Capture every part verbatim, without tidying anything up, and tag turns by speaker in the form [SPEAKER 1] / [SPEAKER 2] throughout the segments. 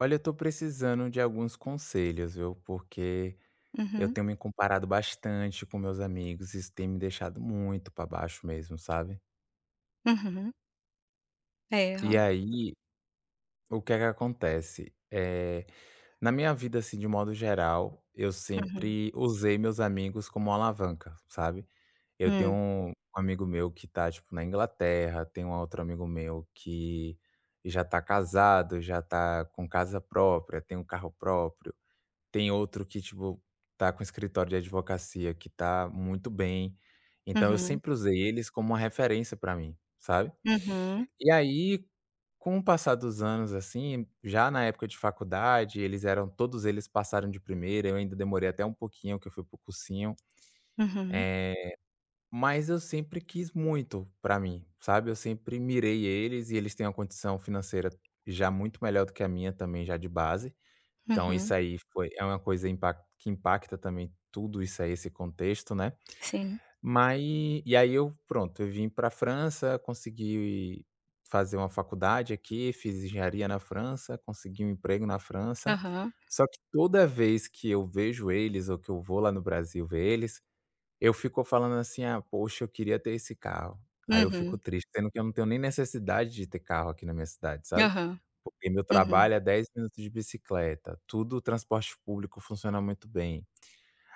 [SPEAKER 1] Olha, eu tô precisando de alguns conselhos, viu? Porque eu
[SPEAKER 2] Mhm,
[SPEAKER 1] tenho me comparado bastante com meus amigos, isso tem me deixado muito pra baixo mesmo, sabe?
[SPEAKER 2] mhm. É,
[SPEAKER 1] E aí, o que é que acontece? É, na minha vida, assim, de modo geral, eu
[SPEAKER 2] mhm,
[SPEAKER 1] sempre usei meus amigos como uma alavanca, sabe? Eu tenho
[SPEAKER 2] hum,
[SPEAKER 1] um amigo meu que tá, tipo, na Inglaterra, tem um outro amigo meu que já tá casado, já tá com casa própria, tem um carro próprio. Tem outro que, tipo, tá com escritório de advocacia que tá muito bem. Então eu
[SPEAKER 2] uhum,
[SPEAKER 1] sempre usei eles como uma referência pra mim, sabe.
[SPEAKER 2] uhum,
[SPEAKER 1] E aí, com o passar dos anos, assim, já na época de faculdade, eles eram todos eles passaram de primeira, eu ainda demorei até um pouquinho, que eu fui pro cursinho.
[SPEAKER 2] uhum,
[SPEAKER 1] Eh, mas eu sempre quis muito pra mim, sabe. Eu sempre mirei eles e eles têm uma condição financeira já muito melhor do que a minha também, já de base. Então isso
[SPEAKER 2] uhum,
[SPEAKER 1] aí foi é uma coisa impac que impacta também tudo isso aí, esse contexto, né.
[SPEAKER 2] sim,
[SPEAKER 1] Mas e aí eu pronto, eu vim para a França, consegui fazer uma faculdade aqui, fiz engenharia na França, consegui um emprego na França.
[SPEAKER 2] aham,
[SPEAKER 1] Só que toda vez que eu vejo eles ou que eu vou lá no Brasil ver eles, eu fico falando assim: "Ah, poxa, eu queria ter esse carro". Aí eu fico
[SPEAKER 2] uhum,
[SPEAKER 1] triste, sendo que eu não tenho nem necessidade de ter carro aqui na minha cidade, sabe.
[SPEAKER 2] aham,
[SPEAKER 1] Porque meu
[SPEAKER 2] uhum,
[SPEAKER 1] trabalho é dez minutos de bicicleta, tudo o transporte público funciona muito bem.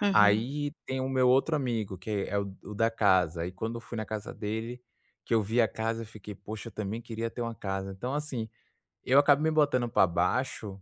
[SPEAKER 2] uhum,
[SPEAKER 1] Aí tem o meu outro amigo, que é o o da casa. E quando eu fui na casa dele, que eu vi a casa, eu fiquei: "Poxa, eu também queria ter uma casa". Então assim, eu acabo me botando pra baixo,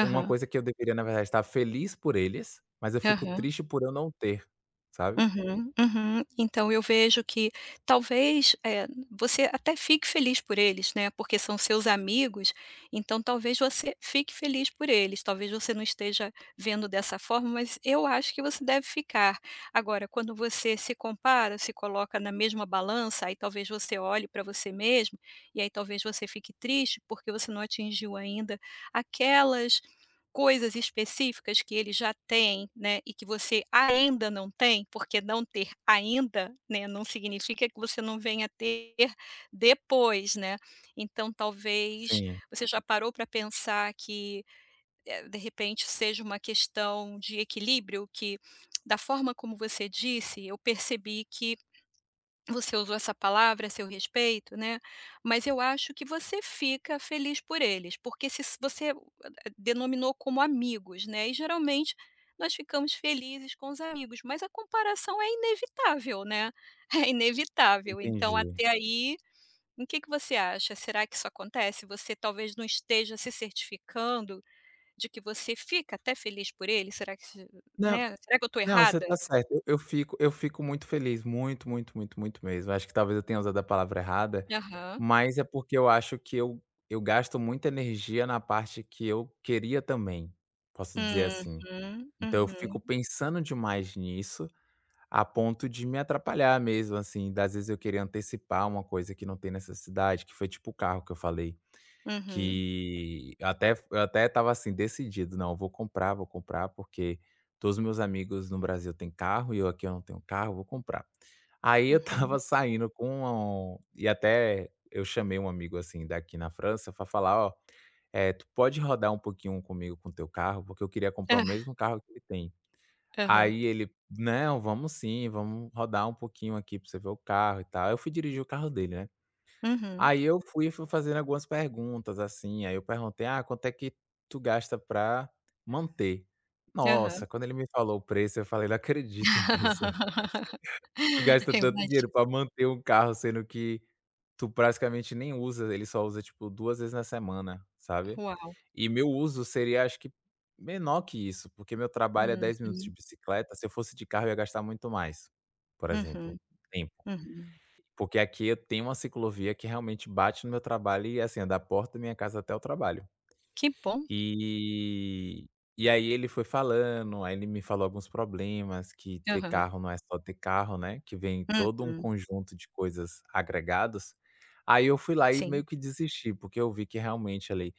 [SPEAKER 1] uma coisa que eu deveria, na verdade, estar feliz por eles, mas eu fico
[SPEAKER 2] aham.
[SPEAKER 1] triste por eu não ter, sabe?
[SPEAKER 2] Uhum, uhum. Então eu vejo que talvez, eh, você até fique feliz por eles, né, porque são seus amigos, então talvez você fique feliz por eles, talvez você não esteja vendo dessa forma, mas eu acho que você deve ficar. Agora, quando você se compara, se coloca na mesma balança, aí talvez você olhe para você mesmo, e aí talvez você fique triste, porque você não atingiu ainda aquelas coisas específicas que ele já tem, né, e que você ainda não tem, porque não ter ainda, né, não significa que você não venha a ter depois, né. Então talvez
[SPEAKER 1] Sim,
[SPEAKER 2] você já parou para pensar que, eh, de repente seja uma questão de equilíbrio que, da forma como você disse, eu percebi que você usou essa palavra a seu respeito, né, mas eu acho que você fica feliz por eles, porque se s você uh, denominou como amigos, né, e geralmente nós ficamos felizes com os amigos, mas a comparação é inevitável, né, é inevitável. Então
[SPEAKER 1] entendi.
[SPEAKER 2] até aí, o que que você acha? Será que isso acontece? Você talvez não esteja se certificando de que você fica até feliz por eles? Será que se
[SPEAKER 1] Não
[SPEAKER 2] né, será que eu estou
[SPEAKER 1] Não, você
[SPEAKER 2] errada?
[SPEAKER 1] tá certo. Eu eu fico eu fico muito feliz, muito, muito, muito, muito mesmo. Acho que talvez eu tenha usado a palavra errada,
[SPEAKER 2] Aham.
[SPEAKER 1] mas é porque eu acho que eu eu gasto muita energia na parte que eu queria também, posso dizer assim.
[SPEAKER 2] Uhum,
[SPEAKER 1] Então eu
[SPEAKER 2] uhum,
[SPEAKER 1] fico pensando demais nisso, a ponto de me atrapalhar mesmo, assim, das vezes eu queria antecipar uma coisa que não tem necessidade, que foi tipo o carro que eu falei.
[SPEAKER 2] uhum.
[SPEAKER 1] Que eu até eu até estava assim decidido: "Não, eu vou comprar, vou comprar, porque todos os meus amigos no Brasil têm carro e eu aqui eu não tenho carro, eu vou comprar". Aí eu estava
[SPEAKER 2] Uhum.
[SPEAKER 1] saindo com um- e até eu chamei um amigo, assim, daqui na França para falar: "Ó, é tu pode rodar um pouquinho comigo com teu carro? Porque eu queria comprar o
[SPEAKER 2] Hã.
[SPEAKER 1] mesmo carro que ele tem".
[SPEAKER 2] Aham.
[SPEAKER 1] Aí ele: "Não, vamos sim, vamos rodar um pouquinho aqui pra você ver o carro e tal". Eu fui dirigir o carro dele, né.
[SPEAKER 2] Uhum.
[SPEAKER 1] Aí eu fui fui fazendo algumas perguntas, assim, aí eu perguntei: "Ah, quanto é que tu gasta pra manter?".
[SPEAKER 2] Aham.
[SPEAKER 1] Nossa, quando ele me falou o preço, eu falei: "Não acredito nisso. Tu gasta
[SPEAKER 2] Eu
[SPEAKER 1] tanto dinheiro
[SPEAKER 2] imagino.
[SPEAKER 1] pra manter um carro, sendo que tu praticamente nem usa, ele só usa, tipo, duas vezes na semana", sabe.
[SPEAKER 2] Uau.
[SPEAKER 1] E meu uso seria, acho que, menor que isso, porque meu trabalho é dez minutos de
[SPEAKER 2] Uhum.
[SPEAKER 1] bicicleta, se eu fosse de carro eu ia gastar muito mais, por exemplo,
[SPEAKER 2] Uhum.
[SPEAKER 1] tempo.
[SPEAKER 2] Uhum.
[SPEAKER 1] Porque aqui eu tenho uma ciclovia que realmente bate no meu trabalho e, assim, é da porta da minha casa até o trabalho.
[SPEAKER 2] Que bom.
[SPEAKER 1] E e aí ele foi falando, aí ele me falou alguns problemas, que ter
[SPEAKER 2] Aham.
[SPEAKER 1] carro não é só ter carro, né, que vem todo um
[SPEAKER 2] Uhum.
[SPEAKER 1] conjunto de coisas agregados. Aí eu fui lá e
[SPEAKER 2] Sim.
[SPEAKER 1] meio que desisti, porque eu vi que realmente ali,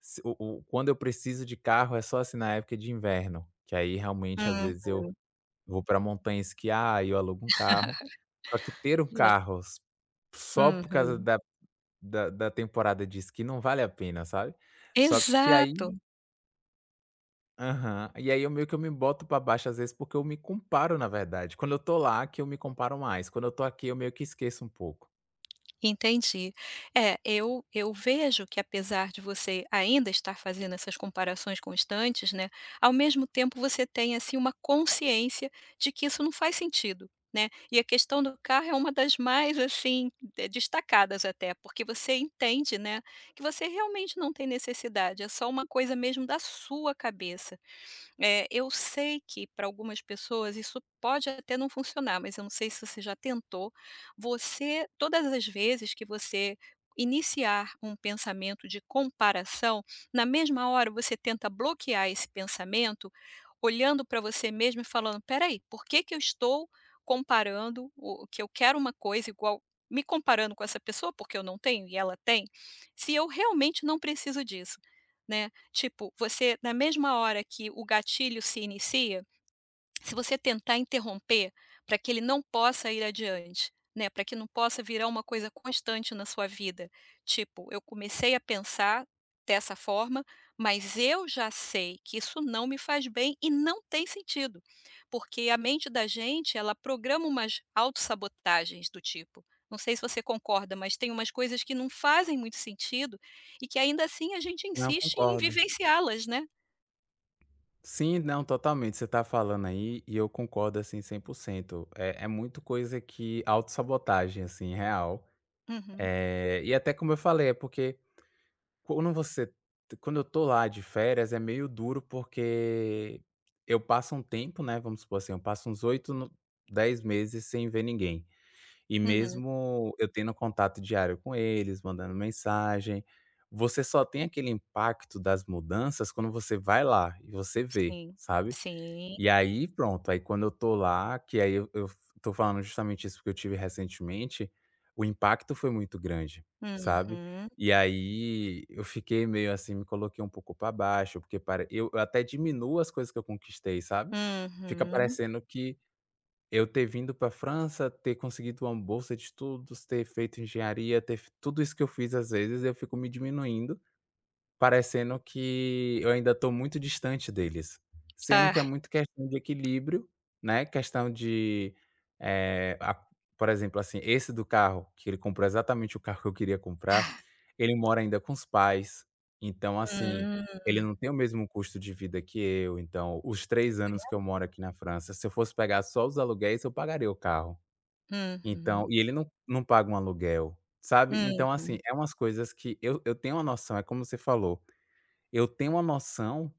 [SPEAKER 1] se o o quando eu preciso de carro é só, assim, na época de inverno, que aí realmente às
[SPEAKER 2] Uhum.
[SPEAKER 1] vezes eu vou para montanha esquiar, aí eu alugo um carro. Só que ter um
[SPEAKER 2] Eu
[SPEAKER 1] carro s só por causa
[SPEAKER 2] uhum.
[SPEAKER 1] da da da temporada de esqui não vale a pena, sabe. Só que
[SPEAKER 2] Exato.
[SPEAKER 1] aí aham. E aí eu meio que eu me boto para baixo às vezes, porque eu me comparo na verdade. Quando eu tô lá que eu me comparo mais, quando eu tô aqui eu meio que esqueço um pouco.
[SPEAKER 2] Entendi. É, eu eu vejo que apesar de você ainda estar fazendo essas comparações constantes, né, ao mesmo tempo você tem, assim, uma consciência de que isso não faz sentido, né. E a questão do carro é uma das mais, assim, de destacadas até, porque você entende, né, que você realmente não tem necessidade, é só uma coisa mesmo da sua cabeça. Eh, eu sei que para algumas pessoas isso pode até não funcionar, mas eu não sei se você já tentou. Você todas as vezes que você iniciar um pensamento de comparação, na mesma hora você tenta bloquear esse pensamento, olhando para você mesmo e falando: peraí, por que que eu estou comparando o que eu quero uma coisa igual me comparando com essa pessoa, porque eu não tenho e ela tem, se eu realmente não preciso disso", né. Tipo, você na mesma hora que o gatilho se inicia, se você tentar interromper para que ele não possa ir adiante, né, para que não possa virar uma coisa constante na sua vida, tipo, eu comecei a pensar dessa forma, mas eu já sei que isso não me faz bem e não tem sentido, porque a mente da gente, ela programa umas autossabotagens do tipo, não sei se você concorda, mas tem umas coisas que não fazem muito sentido e que ainda assim a gente
[SPEAKER 1] Não,
[SPEAKER 2] insiste em
[SPEAKER 1] concordo.
[SPEAKER 2] vivenciá-las, né.
[SPEAKER 1] Sim, não, totalmente. Você está falando aí e eu concordo, assim, cem por cento. É é muito coisa que autossabotagem, assim, real.
[SPEAKER 2] Uhum,
[SPEAKER 1] Eh, e até como eu falei, é porque Quando você quando eu tô lá de férias é meio duro, porque eu passo um tempo, né, vamos supor assim, eu passo uns oito, no dez meses sem ver ninguém. E
[SPEAKER 2] uhum,
[SPEAKER 1] mesmo eu tendo contato diário com eles, mandando mensagem, você só tem aquele impacto das mudanças quando você vai lá e você vê,
[SPEAKER 2] sim,
[SPEAKER 1] sabe?
[SPEAKER 2] sim.
[SPEAKER 1] E aí pronto, aí quando eu tô lá, que aí eu eu tô falando justamente isso porque eu tive recentemente, o impacto foi muito grande, sabe.
[SPEAKER 2] Uhum,
[SPEAKER 1] E aí eu fiquei meio assim, me coloquei um pouco pra baixo, porque para eu eu até diminuo as coisas que eu conquistei, sabe. Fica
[SPEAKER 2] uhum.
[SPEAKER 1] parecendo que eu ter vindo pra França, ter conseguido uma bolsa de estudos, ter feito engenharia, ter f tudo isso que eu fiz às vezes eu fico me diminuindo, parecendo que eu ainda estou muito distante deles, sendo que é
[SPEAKER 2] Ah,
[SPEAKER 1] muito questão de equilíbrio, né, questão de, eh, a por exemplo, assim, esse do carro, que ele comprou exatamente o carro que eu queria comprar, ele mora ainda com os pais, então, assim, ele
[SPEAKER 2] hum,
[SPEAKER 1] não tem o mesmo custo de vida que eu, então, os três anos que eu moro aqui na França, se eu fosse pegar só os aluguéis, eu pagaria o carro. Então
[SPEAKER 2] uhum,
[SPEAKER 1] e ele não não paga um aluguel, sabe. Então, assim,
[SPEAKER 2] uhum.
[SPEAKER 1] é umas coisas que eu eu tenho uma noção, é como você falou, eu tenho uma noção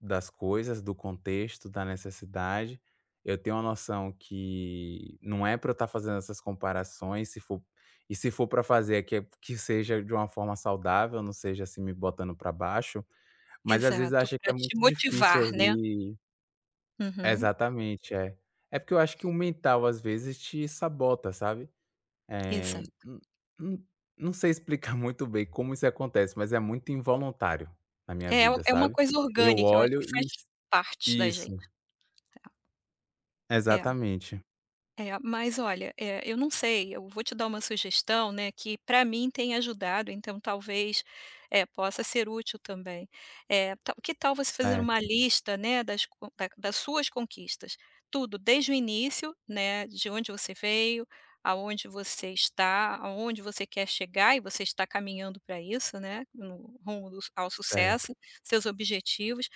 [SPEAKER 1] das coisas, do contexto, da necessidade. Eu tenho uma noção que não é para eu estar fazendo essas comparações, se for e se for para fazer, é que é que seja de uma forma saudável, não seja assim me botando para baixo, mas às vezes
[SPEAKER 2] Exato,
[SPEAKER 1] acho que é
[SPEAKER 2] para te
[SPEAKER 1] muito difícil
[SPEAKER 2] motivar, né.
[SPEAKER 1] ali
[SPEAKER 2] Uhum,
[SPEAKER 1] exatamente, é. É porque eu acho que o mental às vezes te sabota, sabe? Eh,
[SPEAKER 2] exato.
[SPEAKER 1] n n Não sei explicar muito bem como isso acontece, mas é muito involuntário na minha
[SPEAKER 2] É
[SPEAKER 1] vida,
[SPEAKER 2] é uma
[SPEAKER 1] sabe.
[SPEAKER 2] coisa
[SPEAKER 1] Eu
[SPEAKER 2] orgânica, eu acho
[SPEAKER 1] olho
[SPEAKER 2] que
[SPEAKER 1] e
[SPEAKER 2] faz
[SPEAKER 1] s
[SPEAKER 2] parte da gente.
[SPEAKER 1] Isso,
[SPEAKER 2] Tá? É.
[SPEAKER 1] exatamente.
[SPEAKER 2] É, mas olha, eh, eu não sei, eu vou te dar uma sugestão, né, que para mim tem ajudado, então talvez, eh, possa ser útil também. Eh, ta que tal você fazer uma
[SPEAKER 1] Certo,
[SPEAKER 2] lista, né, das co da das suas conquistas? Tudo, desde o início, né, de onde você veio, aonde você está, aonde você quer chegar e você está caminhando para isso, né, no rumo do ao
[SPEAKER 1] certo.
[SPEAKER 2] sucesso, seus objetivos.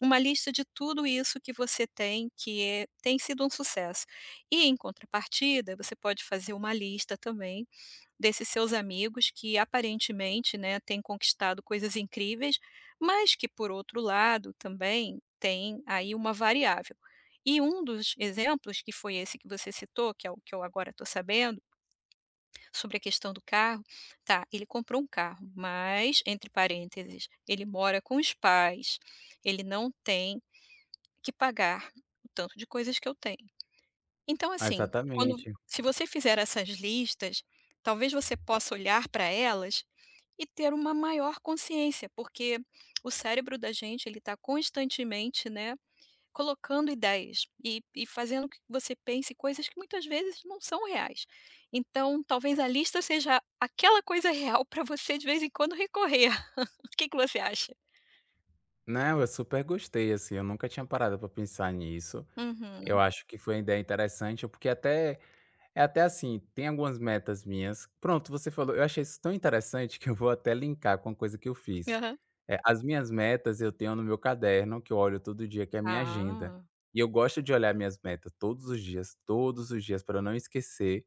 [SPEAKER 2] Uma lista de tudo isso que você tem, que é tem sido um sucesso. E em contrapartida, você pode fazer uma lista também desses seus amigos que aparentemente, né, têm conquistado coisas incríveis, mas que por outro lado também tem aí uma variável. E um dos exemplos, que foi esse que você citou, que é o que eu agora estou sabendo, sobre a questão do carro, tá, ele comprou um carro, mas, entre parênteses, ele mora com os pais, ele não tem que pagar o tanto de coisas que eu tenho. Então, assim, quando
[SPEAKER 1] Exatamente.
[SPEAKER 2] se você fizer essas listas, talvez você possa olhar para elas e ter uma maior consciência, porque o cérebro da gente ele está constantemente, né, colocando ideias e, e fazendo que você pense coisas que muitas vezes não são reais. Então, talvez a lista seja aquela coisa real para você de vez em quando recorrer. O que, que você acha?
[SPEAKER 1] Não, eu super gostei, assim, eu nunca tinha parado pra pensar nisso. Eu
[SPEAKER 2] Uhum.
[SPEAKER 1] acho que foi uma ideia interessante, porque até é até assim, tem algumas metas minhas. Pronto, você falou, eu achei isso tão interessante que eu vou até linkar com a coisa que eu fiz.
[SPEAKER 2] Aham.
[SPEAKER 1] Eh, as minhas metas eu tenho no meu caderno, que eu olho todo dia, que é a minha agenda.
[SPEAKER 2] Ah.
[SPEAKER 1] E eu gosto de olhar minhas metas todos os dias, todos os dias, para não esquecer.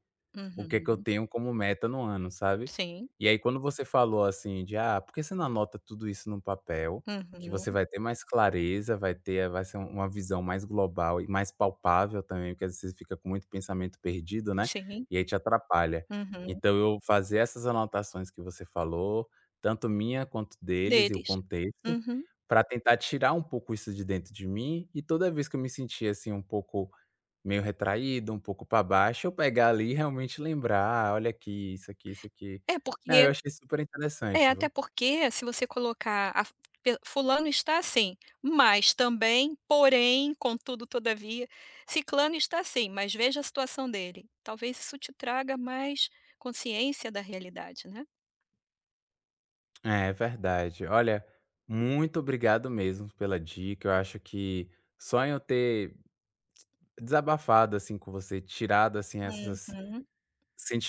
[SPEAKER 1] O que é que eu
[SPEAKER 2] Uhum.
[SPEAKER 1] tenho como meta no ano, sabe.
[SPEAKER 2] Sim.
[SPEAKER 1] E aí quando você falou assim de: "Ah, por que você não anota tudo isso no papel, que você
[SPEAKER 2] Uhum.
[SPEAKER 1] vai ter mais clareza, vai ter vai ser uma visão mais global e mais palpável também", porque às vezes você fica com muito pensamento perdido, né,
[SPEAKER 2] Sim.
[SPEAKER 1] e aí te atrapalha.
[SPEAKER 2] Uhum.
[SPEAKER 1] Então eu fazer essas anotações que você falou, tanto minha quanto deles e o
[SPEAKER 2] Deles.
[SPEAKER 1] contexto,
[SPEAKER 2] Uhum.
[SPEAKER 1] para tentar tirar um pouco isso de dentro de mim e toda vez que eu me sentia assim um pouco meio retraído, um pouco para baixo, eu pegar ali e realmente lembrar: "Ah, olha aqui, isso aqui, isso aqui".
[SPEAKER 2] É
[SPEAKER 1] Não,
[SPEAKER 2] porque
[SPEAKER 1] eu achei super
[SPEAKER 2] é,
[SPEAKER 1] interessante, viu.
[SPEAKER 2] até porque se você colocar a f pe fulano está assim, mas também, porém, contudo, todavia, ciclano está assim, mas veja a situação dele. Talvez isso te traga mais consciência da realidade, né.
[SPEAKER 1] É, verdade. Olha, muito obrigado mesmo pela dica, eu acho que só em eu ter desabafado, assim, com você, tirado, assim, essas
[SPEAKER 2] Uhum.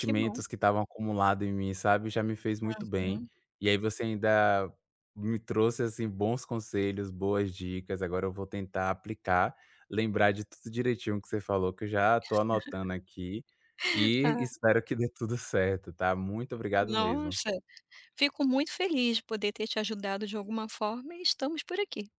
[SPEAKER 2] Que bom.
[SPEAKER 1] que estavam acumulados em mim, sabe, já me fez muito bem.
[SPEAKER 2] Hum.
[SPEAKER 1] E aí você ainda me trouxe, assim, bons conselhos, boas dicas, agora eu vou tentar aplicar, lembrar de tudo direitinho que você falou, que eu já tô anotando aqui, e
[SPEAKER 2] Ah,
[SPEAKER 1] espero que dê tudo certo, tá. Muito obrigado mesmo.
[SPEAKER 2] nossa, fico muito feliz de poder ter te ajudado de alguma forma e estamos por aqui.